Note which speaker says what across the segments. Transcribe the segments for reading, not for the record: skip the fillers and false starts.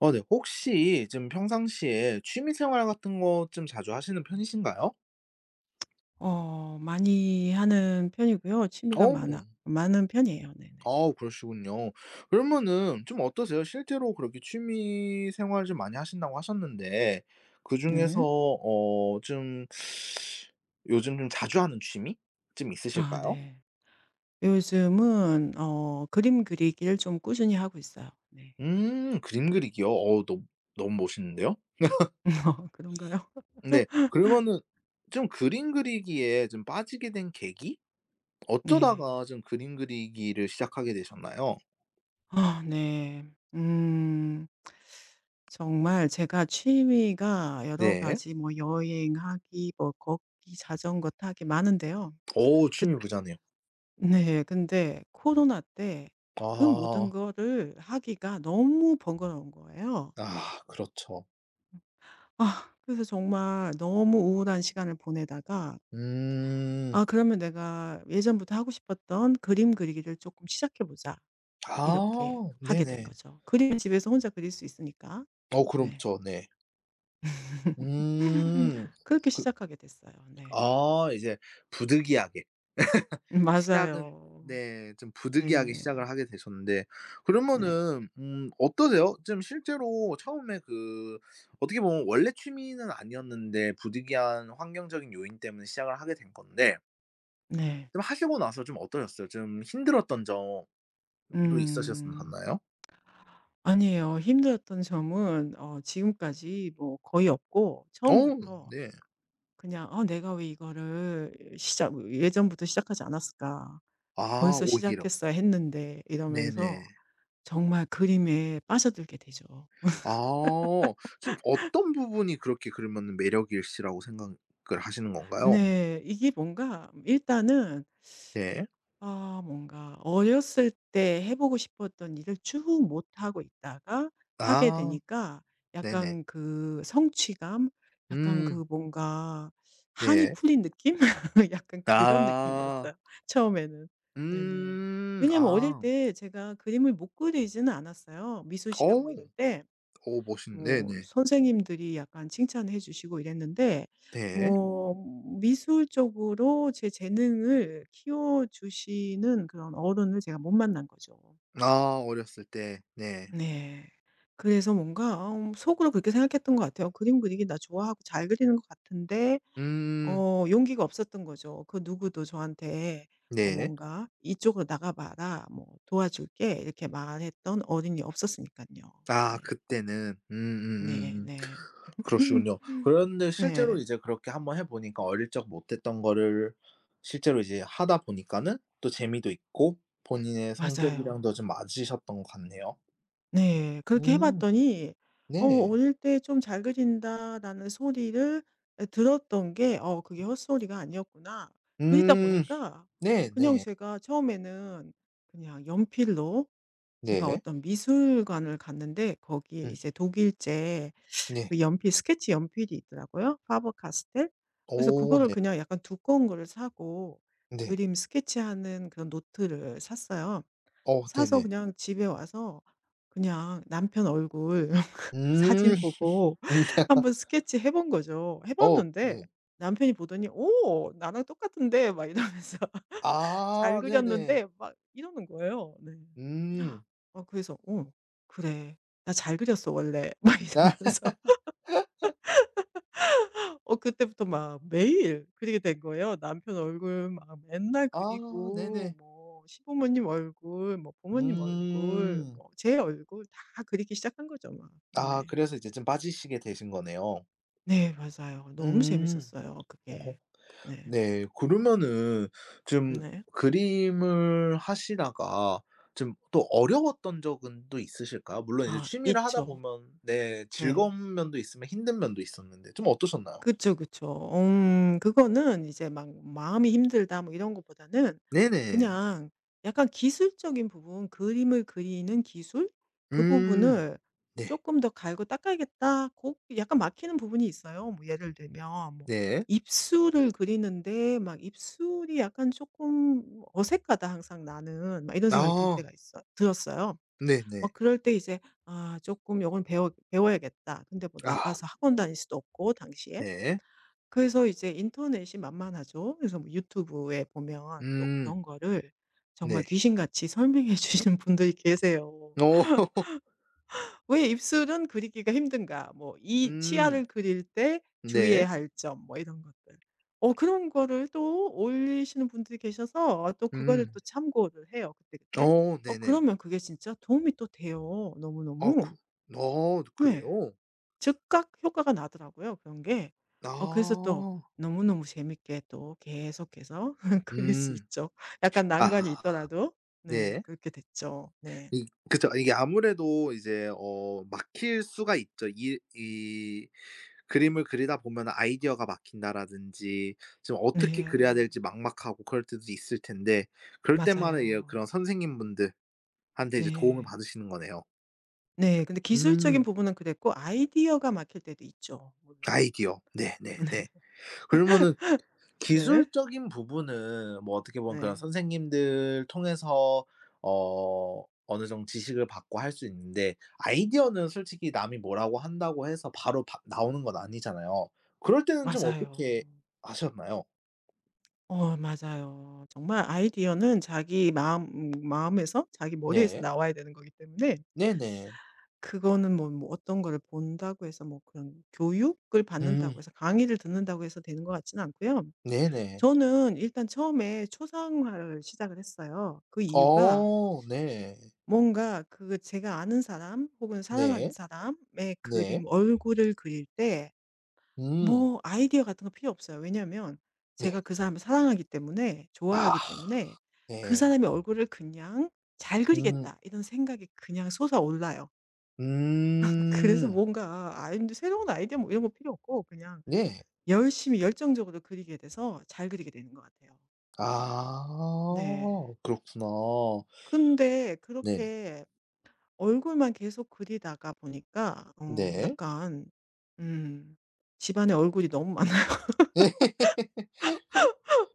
Speaker 1: 어 네. 혹시 좀 평상시에 취미 생활 같은 거 좀 자주 하시는 편이신가요?
Speaker 2: 어 많이 하는 편이고요.
Speaker 1: 어.
Speaker 2: 취미가 많아 많은 편이에요. 네네.
Speaker 1: 아 그러시군요. 그러면은 좀 어떠세요? 실제로 그렇게 취미 생활 좀 많이 하신다고 하셨는데 그중에서
Speaker 2: 네.
Speaker 1: 좀 요즘 좀 자주 하는 취미 좀
Speaker 2: 아
Speaker 1: 있으실까요?
Speaker 2: 네. 요즘은 그림 그리기를 좀 꾸준히 하고 있어요. 네.
Speaker 1: 그림 그리기요? 너무 너무 멋있는데요.
Speaker 2: 그런가요?
Speaker 1: 네. 그러면은 좀 그림 그리기에 좀 빠지게 된 계기?
Speaker 2: 네.
Speaker 1: 어쩌다가 좀 그림 그리기를 시작하게 되셨나요?
Speaker 2: 아 네. 음. 정말 제가 취미가 여러
Speaker 1: 네.
Speaker 2: 가지 뭐 여행하기 뭐 걷기, 자전거 타기 많은데요.
Speaker 1: 오
Speaker 2: 그
Speaker 1: 취미 부자네요.
Speaker 2: 네. 근데 코로나 때 그 모든
Speaker 1: 아.
Speaker 2: 거를 하기가 너무 번거로운 거예요.
Speaker 1: 아 그렇죠.
Speaker 2: 아 그래서 정말 너무 우울한 시간을 보내다가
Speaker 1: 음.
Speaker 2: '아 그러면 내가 예전부터 하고 싶었던 그림 그리기를 조금 시작해 보자.' 이렇게
Speaker 1: 아
Speaker 2: 하게 된
Speaker 1: 네네.
Speaker 2: 거죠. 그림은 집에서 혼자 그릴 수 있으니까.
Speaker 1: 어
Speaker 2: 네.
Speaker 1: 그렇죠. 네. 음.
Speaker 2: 그렇게
Speaker 1: 그
Speaker 2: 시작하게 됐어요. 네.
Speaker 1: 이제 부득이하게 시작은
Speaker 2: 맞아요.
Speaker 1: 네 좀 부득이하게
Speaker 2: 네네.
Speaker 1: 시작을 하게 되셨는데
Speaker 2: 네.
Speaker 1: 그러면은 어떠세요? 좀 실제로 처음에 어떻게 보면 원래 취미는 아니었는데 부득이한 환경적인 요인 때문에 시작을 하게 된 건데
Speaker 2: 네.
Speaker 1: 좀 하시고 나서 좀 어떠셨어요? 좀 힘들었던 점 도
Speaker 2: 음.
Speaker 1: 있으셨었나요?
Speaker 2: 아니에요. 힘들었던 점은 지금까지 뭐 거의 없고
Speaker 1: 어
Speaker 2: 처음부터
Speaker 1: 네.
Speaker 2: 그냥 '어 내가 왜 이거를 시작 예전부터 시작하지 않았을까.
Speaker 1: 아
Speaker 2: 벌써
Speaker 1: 오히려.
Speaker 2: 시작했어야 했는데.'
Speaker 1: 네네.
Speaker 2: 이러면서 정말 그림에 빠져들게 되죠.
Speaker 1: 아 좀 어떤 부분이 그렇게 그러면은 매력일시라고 생각을 하시는 건가요?
Speaker 2: 네. 이게 뭔가 일단은
Speaker 1: 네.
Speaker 2: 뭔가 어렸을 때 해 보고 싶었던 일을 쭉 못 하고 있다가 하게
Speaker 1: 아
Speaker 2: 되니까
Speaker 1: 네네.
Speaker 2: 약간 그 성취감, 약간
Speaker 1: 음
Speaker 2: 그 뭔가 한이
Speaker 1: 네.
Speaker 2: 풀린 느낌? 약간 그런
Speaker 1: 아.
Speaker 2: 느낌이었어요 처음에는. 네네.
Speaker 1: 음.
Speaker 2: 왜냐하면 어릴
Speaker 1: 아.
Speaker 2: 때 제가 그림을 못 그리지는 않았어요, 미술
Speaker 1: 어.
Speaker 2: 시간 뭐 이럴 때.
Speaker 1: 어 멋있
Speaker 2: 뭐
Speaker 1: 네네.
Speaker 2: 선생님들이 약간 칭찬해 주시고 이랬는데
Speaker 1: 네.
Speaker 2: 뭐 미술적으로 제 재능을 키워 주시는 그런 어른을 제가 못 만난 거죠.
Speaker 1: 아 어렸을 때. 네.
Speaker 2: 네. 그래서 뭔가 속으로 그렇게 생각했던 것 같아요. '그림 그리기 나 좋아하고 잘 그리는 것 같은데.'
Speaker 1: 음.
Speaker 2: 용기가 없었던 거죠. 그 누구도 저한테
Speaker 1: 네.
Speaker 2: 뭔가 "이쪽으로 나가 봐라. 뭐 도와줄게." 이렇게 말했던 어른이 없었으니까요.
Speaker 1: 아
Speaker 2: 네.
Speaker 1: 그때는.
Speaker 2: 네 네.
Speaker 1: 그러시군요. 그런데 실제로
Speaker 2: 네.
Speaker 1: 이제 그렇게 한번 해 보니까 어릴 적 못했던 거를 실제로 이제 하다 보니까는 또 재미도 있고 본인의 성격이랑도 좀
Speaker 2: 맞아요.
Speaker 1: 맞으셨던 것 같네요.
Speaker 2: 네. 그렇게 해
Speaker 1: 음.
Speaker 2: 봤더니 어
Speaker 1: 네.
Speaker 2: 어릴 때 '좀 잘 그린다.'라는 소리를 예 들었던 게 '어 그게 헛소리가 아니었구나.' 그리다
Speaker 1: 음.
Speaker 2: 보니까 그냥
Speaker 1: 네네.
Speaker 2: 제가 처음에는 그냥 연필로,
Speaker 1: 네.
Speaker 2: 제가
Speaker 1: 네.
Speaker 2: 어떤 미술관을 갔는데 거기에
Speaker 1: 음
Speaker 2: 이제 독일제
Speaker 1: 네.
Speaker 2: 그 연필 스케치 연필이 있더라고요, 파버카스텔. 그래서
Speaker 1: 오
Speaker 2: 그거를
Speaker 1: 네.
Speaker 2: 그냥 약간 두꺼운 거를 사고
Speaker 1: 네.
Speaker 2: 그림 스케치하는 그런 노트를 샀어요.
Speaker 1: 어
Speaker 2: 사서
Speaker 1: 네네.
Speaker 2: 그냥 집에 와서 그냥 남편 얼굴
Speaker 1: 음.
Speaker 2: 사진 보고
Speaker 1: 음.
Speaker 2: 한번 스케치 해본 거죠. 해
Speaker 1: 어
Speaker 2: 봤는데
Speaker 1: 네.
Speaker 2: 남편이 보더니 "오 나랑 똑같은데." 막 이러면서 "잘
Speaker 1: 아 네네.
Speaker 2: 그렸는데." 막 이러는 거예요. 네.
Speaker 1: 음.
Speaker 2: 어 그래서 "어 그래. 나 잘 그렸어 원래." 막 이러면서. 어 그때부터 막 매일 그리게 된 거예요. 남편 얼굴 막 맨날
Speaker 1: 아 네네.
Speaker 2: 그리고 뭐 시부모님 얼굴 뭐 부모님 얼굴
Speaker 1: 음.
Speaker 2: 뭐 제 얼굴 다 그리기 시작한 거죠 막.
Speaker 1: 아
Speaker 2: 네.
Speaker 1: 그래서 이제 좀 빠지시게 되신 거네요.
Speaker 2: 네 맞아요. 너무
Speaker 1: 음.
Speaker 2: 재밌었어요
Speaker 1: 어허.
Speaker 2: 그게. 네.
Speaker 1: 네. 그러면은 좀
Speaker 2: 네.
Speaker 1: 그림을 하시다가 좀 또 어려웠던 적은 또 있으실까요? 물론 이제
Speaker 2: 아
Speaker 1: 취미를 하다
Speaker 2: 있죠.
Speaker 1: 보면 네
Speaker 2: 네.
Speaker 1: 즐거운 면도 있으면 힘든 면도 있었는데 좀 어떠셨나요?
Speaker 2: 그쵸, 그쵸. 그거는 이제 막 마음이 힘들다 뭐 이런 것보다는
Speaker 1: 네네.
Speaker 2: 그냥 약간 기술적인 부분, 그림을 그리는 기술 그
Speaker 1: 음.
Speaker 2: 부분을
Speaker 1: 네.
Speaker 2: 조금 더 갈고 닦아야겠다. 그 약간 막히는 부분이 있어요. 뭐 예를 들면 뭐
Speaker 1: 네.
Speaker 2: 입술을 그리는데 막 '입술이 약간 조금 어색하다 항상 나는.' 막 이런 생각이 들
Speaker 1: 아
Speaker 2: 때가 있어 들었어요.
Speaker 1: 네네.
Speaker 2: 막 그럴 때 이제 '아 조금 요건 배워야겠다.' 근데 뭐
Speaker 1: 아
Speaker 2: 나가서 학원 다닐 수도 없고 당시에.
Speaker 1: 네.
Speaker 2: 그래서 이제 인터넷이 만만하죠. 그래서 뭐 유튜브에 보면 또
Speaker 1: 음
Speaker 2: 그런 거를 정말
Speaker 1: 네.
Speaker 2: 귀신같이 설명해 주시는 분들이 계세요.
Speaker 1: 어.
Speaker 2: "왜 입술은 그리기가 힘든가?" 뭐 "이
Speaker 1: 음.
Speaker 2: 치아를 그릴 때
Speaker 1: 네.
Speaker 2: 주의해야 할 점." 뭐 이런 것들. 어 그런 거를 또 올리시는 분들이 계셔서 또 그거를
Speaker 1: 음.
Speaker 2: 또 참고를 해요 그때그때.
Speaker 1: 어
Speaker 2: 어
Speaker 1: 네네.
Speaker 2: 그러면 그게 진짜 도움이 또 돼요
Speaker 1: 아 그
Speaker 2: 너무너무.
Speaker 1: 아
Speaker 2: 네.
Speaker 1: 그래요?
Speaker 2: 즉각 효과가 나더라고요 그런 게. 어 그래서 또
Speaker 1: 아.
Speaker 2: 너무너무 재밌게 또 계속해서 그릴 수
Speaker 1: 음.
Speaker 2: 있죠. 약간
Speaker 1: 아
Speaker 2: 난관이 있더라도. 네.
Speaker 1: 네.
Speaker 2: 그렇게 됐죠. 네.
Speaker 1: 이 그쵸. 이게 아무래도 이제 막힐 수가 있죠. 이 그림을 그리다 보면 아이디어가 막힌다라든지 지금 어떻게 그려야
Speaker 2: 네.
Speaker 1: 될지 막막하고 그럴 때도 있을 텐데 그럴 때마다 이
Speaker 2: 맞아요.
Speaker 1: 그런 선생님분들한테 이제 도움을
Speaker 2: 네.
Speaker 1: 받으시는 거네요.
Speaker 2: 네. 근데 기술적인
Speaker 1: 음.
Speaker 2: 부분은 그랬고, 아이디어가 막힐 때도 있죠 물론.
Speaker 1: 아이디어. 네네네.
Speaker 2: 네.
Speaker 1: 그러면은
Speaker 2: 네.
Speaker 1: 기술적인 부분은 뭐 어떻게 보면 그런
Speaker 2: 네.
Speaker 1: 선생님들 통해서 어 어느 정도 지식을 받고 할 수 있는데 아이디어는 솔직히 남이 뭐라고 한다고 해서 바로 바 나오는 건 아니잖아요. 그럴 때는 좀
Speaker 2: 맞아요.
Speaker 1: 어떻게 하셨나요?
Speaker 2: 어 맞아요. 정말 아이디어는 자기 마음 마음에서 자기 머리에서
Speaker 1: 네.
Speaker 2: 나와야 되는 거기 때문에
Speaker 1: 네네.
Speaker 2: 그거는 뭐 어떤 거를 본다고 해서 뭐 그런 교육을
Speaker 1: 음.
Speaker 2: 받는다고 해서 강의를 듣는다고 해서 되는 것 같지는 않고요.
Speaker 1: 네네.
Speaker 2: 저는 일단 처음에 초상화를 시작을 했어요. 그 이유가
Speaker 1: 어 네.
Speaker 2: 뭔가 그 제가 아는 사람 혹은 사랑하는
Speaker 1: 네.
Speaker 2: 사람의
Speaker 1: 네.
Speaker 2: 얼굴을 그릴 때
Speaker 1: 음.
Speaker 2: 뭐 아이디어 같은 거 필요 없어요. 왜냐하면
Speaker 1: 네.
Speaker 2: 제가 그 사람을 사랑하기 때문에,
Speaker 1: 아.
Speaker 2: 좋아하기 때문에 그
Speaker 1: 네.
Speaker 2: 사람의 얼굴을 그냥 '잘
Speaker 1: 음.
Speaker 2: 그리겠다.' 이런 생각이 그냥 솟아올라요. 그래서
Speaker 1: 음.
Speaker 2: 뭔가 아이디 새로운 아이디어 뭐 이런 거 필요 없고 그냥
Speaker 1: 네.
Speaker 2: 열심히 열정적으로 그리게 돼서 잘 그리게 되는 것 같아요.
Speaker 1: 아
Speaker 2: 네.
Speaker 1: 그렇구나.
Speaker 2: 근데
Speaker 1: 네.
Speaker 2: 그렇게 얼굴만 계속 그리다가 보니까 어
Speaker 1: 네.
Speaker 2: 약간 음 집안에 얼굴이 너무 많아요.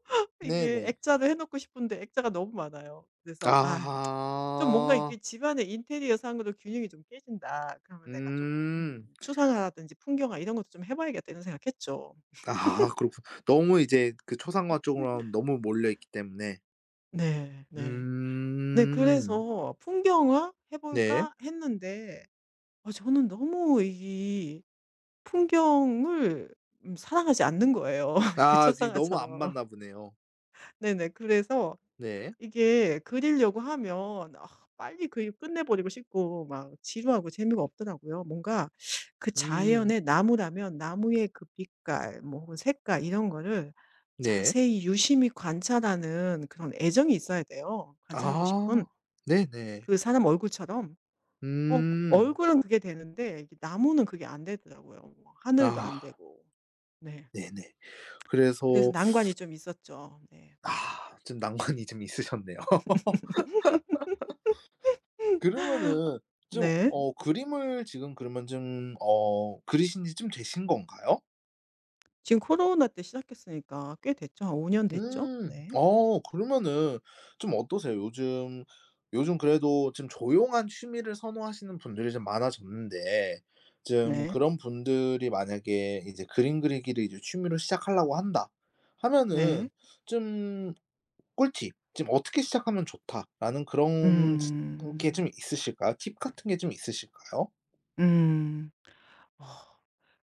Speaker 2: 이게
Speaker 1: 네네.
Speaker 2: 액자를 해 놓고 싶은데 액자가 너무 많아요. 그래서 '아 좀 뭔가
Speaker 1: 아하.
Speaker 2: 이게 집안의 인테리어 상으로 균형이 좀 깨진다. 그러면 내가 조금
Speaker 1: 음.
Speaker 2: 추상화라든지 풍경화 이런 것도 좀 해 봐야겠다.' 이런 생각했죠.
Speaker 1: 아 그렇군. 너무 이제 그 초상화 쪽으로는 너무 몰려 있기 때문에.
Speaker 2: 네. 네. 네
Speaker 1: 음.
Speaker 2: 그래서 '풍경화 해
Speaker 1: 네.
Speaker 2: 볼까?' 했는데 아 저는 너무 이 풍경을 사랑하지 않는 거예요
Speaker 1: 아 이제 너무 안
Speaker 2: 그초상화처럼.
Speaker 1: 맞나 보네요.
Speaker 2: 네네. 그래서
Speaker 1: 네.
Speaker 2: 이게 그리려고 하면 아 빨리 그림 끝내 버리고 싶고 막 지루하고 재미가 없더라고요. 뭔가 그
Speaker 1: 음.
Speaker 2: 자연의 나무라면 나무의 그 빛깔 뭐 혹은 색깔 이런 거를
Speaker 1: 네.
Speaker 2: 자세히 유심히 관찰하는 그런 애정이 있어야 돼요, 관찰하고 싶은.
Speaker 1: 아. 네네.
Speaker 2: 그 사람 얼굴처럼. 어
Speaker 1: 음.
Speaker 2: 얼굴은 그게 되는데 이게 나무는 그게 안 되더라고요. 뭐 하늘도
Speaker 1: 아
Speaker 2: 안 되고. 네.
Speaker 1: 네네. 그래서
Speaker 2: 그래서 난관이 좀 있었죠. 네.
Speaker 1: 좀 난관이 좀 있으셨네요. 그러면은 좀
Speaker 2: 네.
Speaker 1: 그림을 지금 그러면 좀 그리신 지 좀 되신 건가요?
Speaker 2: 지금 코로나 때 시작했으니까 꽤 됐죠. 한 5년 됐죠?
Speaker 1: 음.
Speaker 2: 네.
Speaker 1: 그러면은 좀 어떠세요? 요즘 그래도 좀 조용한 취미를 선호하시는 분들이 좀 많아졌는데 좀
Speaker 2: 네.
Speaker 1: 그런 분들이 만약에 이제 그림 그리기를 이제 취미로 시작하려고 한다 하면은
Speaker 2: 네.
Speaker 1: 좀 꿀팁 좀 '어떻게 시작하면 좋다.'라는 그런 게
Speaker 2: 음.
Speaker 1: 좀 있으실까요? 팁 같은 게 좀 있으실까요?
Speaker 2: 음. 어.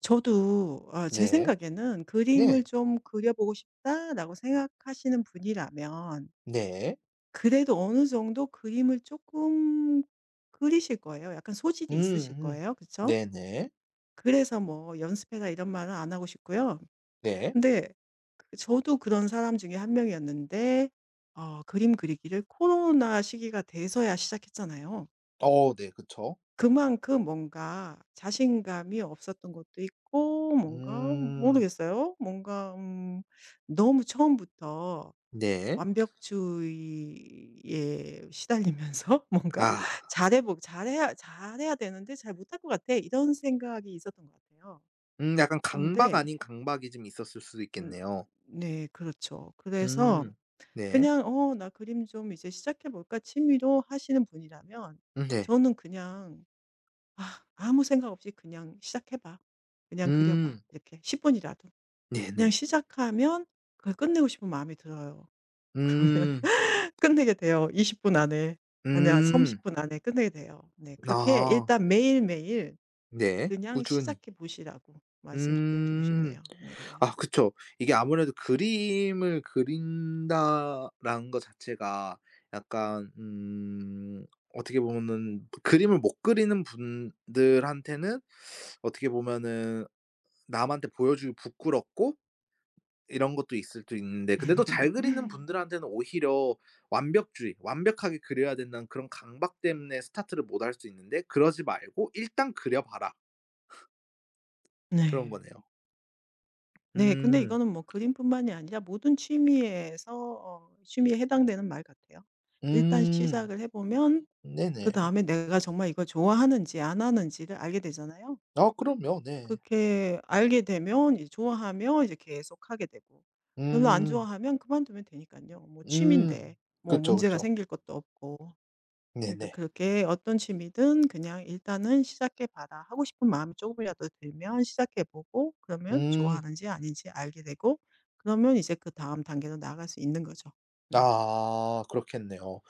Speaker 2: 저도 아 제
Speaker 1: 네.
Speaker 2: 생각에는
Speaker 1: 네.
Speaker 2: '그림을 좀 그려 보고 싶다.'라고 생각하시는 분이라면
Speaker 1: 네.
Speaker 2: 그래도 어느 정도 그림을 조금 그리실 거예요. 약간 소질이 있으실
Speaker 1: 음음.
Speaker 2: 거예요. 그렇죠?
Speaker 1: 네네.
Speaker 2: 그래서 뭐 "연습해라." 이런 말은 안 하고 싶고요.
Speaker 1: 네.
Speaker 2: 근데 그 저도 그런 사람 중에 한 명이었는데 어 그림 그리기를 코로나 시기가 돼서야 시작했잖아요.
Speaker 1: 어 네 그쵸.
Speaker 2: 그만큼 뭔가 자신감이 없었던 것도 있고 뭔가
Speaker 1: 음
Speaker 2: 모르겠어요. 뭔가 너무 처음부터
Speaker 1: 네.
Speaker 2: 완벽주의에 시달리면서
Speaker 1: 아
Speaker 2: 뭔가 잘해야 되는데 잘 못할 것 같아.' 이런 생각이 있었던 것 같아요.
Speaker 1: 약간 강박
Speaker 2: 근데
Speaker 1: 아닌 강박이 좀 있었을 수도
Speaker 2: 음
Speaker 1: 있겠네요.
Speaker 2: 네 그렇죠. 그래서
Speaker 1: 음 네.
Speaker 2: 그냥 '어 나 그림 좀 이제 시작해 볼까?' 취미로 하시는 분이라면
Speaker 1: 네.
Speaker 2: 저는 그냥 아 아무 생각 없이 "그냥 시작해 봐. 그냥 그려 봐."
Speaker 1: 음
Speaker 2: 이렇게 10 분이라도. 그냥
Speaker 1: 네네.
Speaker 2: 시작하면 그걸 끝내고 싶은 마음이 들어요. 그러면
Speaker 1: 음.
Speaker 2: 끝내게 돼요. 20분 안에, 아니야
Speaker 1: 음.
Speaker 2: 30분 안에 끝내게 돼요. 네 그렇게
Speaker 1: 아
Speaker 2: 일단 매일매일
Speaker 1: 네.
Speaker 2: 그냥
Speaker 1: 꾸준히.
Speaker 2: 시작해 보시라고 말씀드리고
Speaker 1: 음.
Speaker 2: 싶네요. 네네. 네.
Speaker 1: 아 그쵸. 이게 아무래도 그림을 그린다라는 것 자체가 약간 어떻게 보면은 그림을 못 그리는 분들한테는 어떻게 보면은 남한테 보여주기 부끄럽고 이런 것도 있을 수 있는데 근데 또 잘 그리는 분들한테는 오히려 완벽주의, 완벽하게 그려야 된다는 그런 강박 때문에 스타트를 못 할 수 있는데 그러지 말고 "일단 그려 봐라." 그런
Speaker 2: 네.
Speaker 1: 거네요.
Speaker 2: 네. 근데
Speaker 1: 음.
Speaker 2: 이거는 뭐 그림뿐만이 아니라 모든 취미에서 취미에 해당되는 말 같아요. 일단
Speaker 1: 음.
Speaker 2: 시작을 해 보면
Speaker 1: 네네.
Speaker 2: 그다음에 내가 정말 이걸 좋아하는지 안 하는지를 알게 되잖아요.
Speaker 1: 아 그럼요. 네.
Speaker 2: 그렇게 알게 되면 이제 좋아하면 이제 계속 하게 되고, 별로 안
Speaker 1: 음.
Speaker 2: 좋아하면 그만두면 되니까요, 뭐
Speaker 1: 음.
Speaker 2: 취미인데 뭐
Speaker 1: 그쵸,
Speaker 2: 문제가
Speaker 1: 그쵸.
Speaker 2: 생길 것도 없고. 그러니까
Speaker 1: 네네.
Speaker 2: 그렇게 어떤 취미든 그냥 일단은 시작해 봐라. 하고 싶은 마음이 조금이라도 들면 시작해 보고, 그러면
Speaker 1: 음.
Speaker 2: 좋아하는지 아닌지 알게 되고, 그러면 이제 그다음 단계로 나아갈 수 있는 거죠. 네.
Speaker 1: 아 그렇겠네요.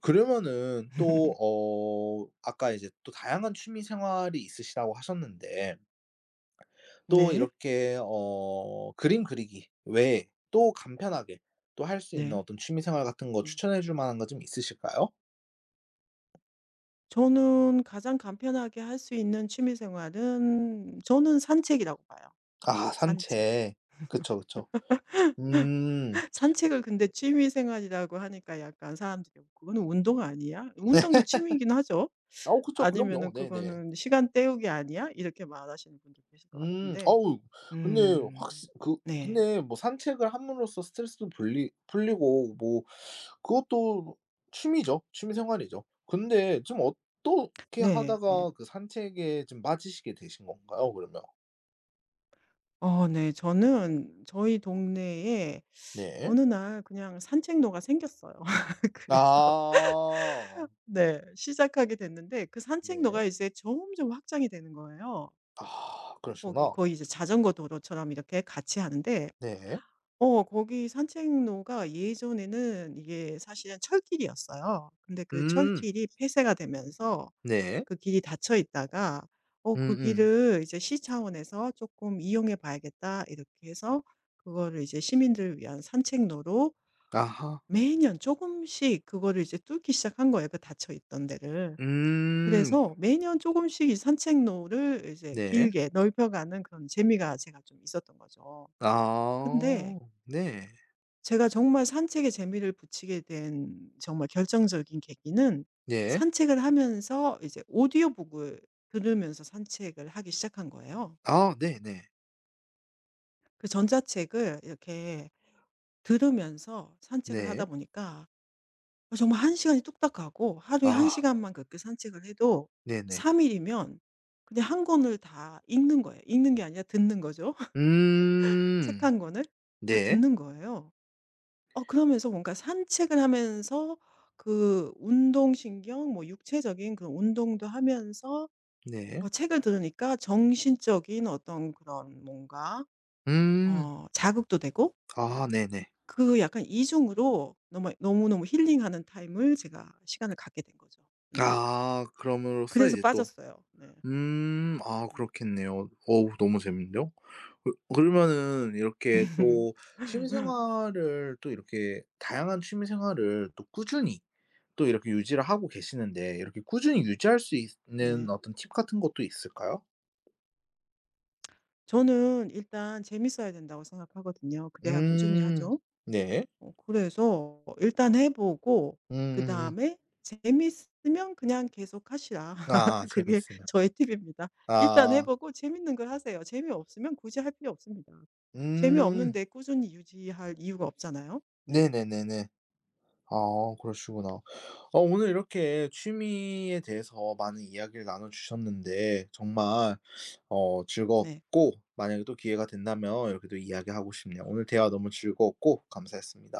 Speaker 1: 그러면은 또 아까 이제 또 다양한 취미 생활이 있으시다고 하셨는데 또
Speaker 2: 네.
Speaker 1: 이렇게 그림 그리기 외에 또 간편하게 또 할 수 있는
Speaker 2: 네.
Speaker 1: 어떤 취미 생활 같은 거
Speaker 2: 음.
Speaker 1: 추천해 줄 만한 거 좀 있으실까요?
Speaker 2: 저는 가장 간편하게 할 수 있는 취미 생활은 저는 산책이라고 봐요.
Speaker 1: 아
Speaker 2: 산책.
Speaker 1: 산책. 그쵸, 그쵸. 음.
Speaker 2: 산책을 근데 취미 생활이라고 하니까 약간 사람들이 "어, 그거는 운동 아니야? 운동도 취미이긴 하죠.
Speaker 1: 아, 그쵸. 그럼요.
Speaker 2: 아니면은
Speaker 1: 네네.
Speaker 2: "그거는 시간 때우기 아니야?" 이렇게 말하시는 분도 계실 것
Speaker 1: 음.
Speaker 2: 같은데.
Speaker 1: 어우 근데
Speaker 2: 음.
Speaker 1: 확실 그
Speaker 2: 네.
Speaker 1: 근데 뭐 산책을 함으로써 스트레스도 풀리고 뭐 그것도 취미죠. 취미 생활이죠. 근데 좀 어떻게
Speaker 2: 네. 네.
Speaker 1: 하다가 그 산책에 좀 빠지시게 되신 건가요 그러면?
Speaker 2: 어 네. 저는 저희 동네에
Speaker 1: 네.
Speaker 2: 어느 날 그냥 산책로가 생겼어요. 그래서
Speaker 1: 아.
Speaker 2: 네 시작하게 됐는데 그
Speaker 1: 네.
Speaker 2: 산책로가 이제 점점 확장이 되는 거예요.
Speaker 1: 아
Speaker 2: 거기
Speaker 1: 그러시구나.
Speaker 2: 거의 이제 자전거 도로처럼 이렇게 같이 하는데
Speaker 1: 네.
Speaker 2: 어 거기 산책로가 예전에는 이게 사실은 철길이었어요. 근데 그
Speaker 1: 음.
Speaker 2: 철길이 폐쇄가 되면서
Speaker 1: 네.
Speaker 2: 그 길이 닫혀 있다가 어 그
Speaker 1: 음음.
Speaker 2: 길을 이제 '시 차원에서 조금 이용해 봐야겠다.' 이렇게 해서 그거를 이제 시민들을 위한 산책로로
Speaker 1: 아하.
Speaker 2: 매년 조금씩 그거를 이제 뚫기 시작한 거예요, 그 닫혀 있던 데를.
Speaker 1: 음.
Speaker 2: 그래서 매년 조금씩 이 산책로를 이제
Speaker 1: 네.
Speaker 2: 길게 넓혀 가는 그런 재미가 제가 좀 있었던 거죠. 근데
Speaker 1: 아. 네.
Speaker 2: 제가 정말 산책에 재미를 붙이게 된 정말 결정적인 계기는
Speaker 1: 네.
Speaker 2: 산책을 하면서 이제 오디오북을 들으면서 산책을 하기 시작한 거예요.
Speaker 1: 아 네네. 네.
Speaker 2: 그 전자책을 이렇게 들으면서 산책을
Speaker 1: 네.
Speaker 2: 하다 보니까 어 정말 한 시간이 뚝딱 가고 하루에 한
Speaker 1: 아
Speaker 2: 시간만 그렇게 산책을 해도
Speaker 1: 네네.
Speaker 2: 3 일이면 그냥 한 권을 다 읽는 거예요. 읽는 게 아니라 듣는 거죠. 책
Speaker 1: 음.
Speaker 2: 한 권을 다
Speaker 1: 네.
Speaker 2: 듣는 거예요. 어 그러면서 뭔가 산책을 하면서 그 운동신경 뭐 육체적인 그런 운동도 하면서
Speaker 1: 네.
Speaker 2: 어 책을 들으니까 정신적인 어떤 그런 뭔가
Speaker 1: 음.
Speaker 2: 어 자극도 되고
Speaker 1: 아 네네.
Speaker 2: 그 약간 이중으로 너무너무 힐링하는 타임을 제가 시간을 갖게 된 거죠. 네.
Speaker 1: 아 그럼으로써
Speaker 2: 그래서
Speaker 1: 이제 또
Speaker 2: 빠졌어요. 네.
Speaker 1: 아
Speaker 2: 네.
Speaker 1: 그렇겠네요. 어우 너무 재밌는데요? 그러면은 이렇게 또 취미 생활을 또 이렇게 다양한 취미 생활을 또 꾸준히 또 이렇게 유지를 하고 계시는데 이렇게 꾸준히 유지할 수 있는
Speaker 2: 네.
Speaker 1: 어떤 팁 같은 것도 있을까요?
Speaker 2: 저는 일단 재밌어야 된다고 생각하거든요. 그래야 꾸준히
Speaker 1: 음.
Speaker 2: 하죠.
Speaker 1: 네.
Speaker 2: 어 그래서 일단 해 보고
Speaker 1: 음음음.
Speaker 2: 그다음에 재미있으면 그냥 계속 하시라.
Speaker 1: 아
Speaker 2: 그게
Speaker 1: 재밌으면.
Speaker 2: 저의 팁입니다. 일단 해
Speaker 1: 아.
Speaker 2: 보고 재밌는 걸 하세요. 재미없으면 굳이 할 필요 없습니다.
Speaker 1: 음.
Speaker 2: 재미없는데 꾸준히 유지할 이유가 없잖아요. 네.
Speaker 1: 네네네네. 아 그러시구나. 오늘 이렇게 취미에 대해서 많은 이야기를 나눠 주셨는데 정말
Speaker 2: 네.
Speaker 1: 즐거웠고 만약에 또 기회가 된다면 이렇게 또 이야기하고 싶네요. 오늘 대화 너무 즐거웠고 감사했습니다.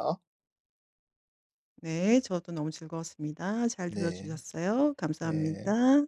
Speaker 2: 네. 저도 너무 즐거웠습니다. 잘 들어
Speaker 1: 네.
Speaker 2: 주셨어요.
Speaker 1: 네.
Speaker 2: 감사합니다.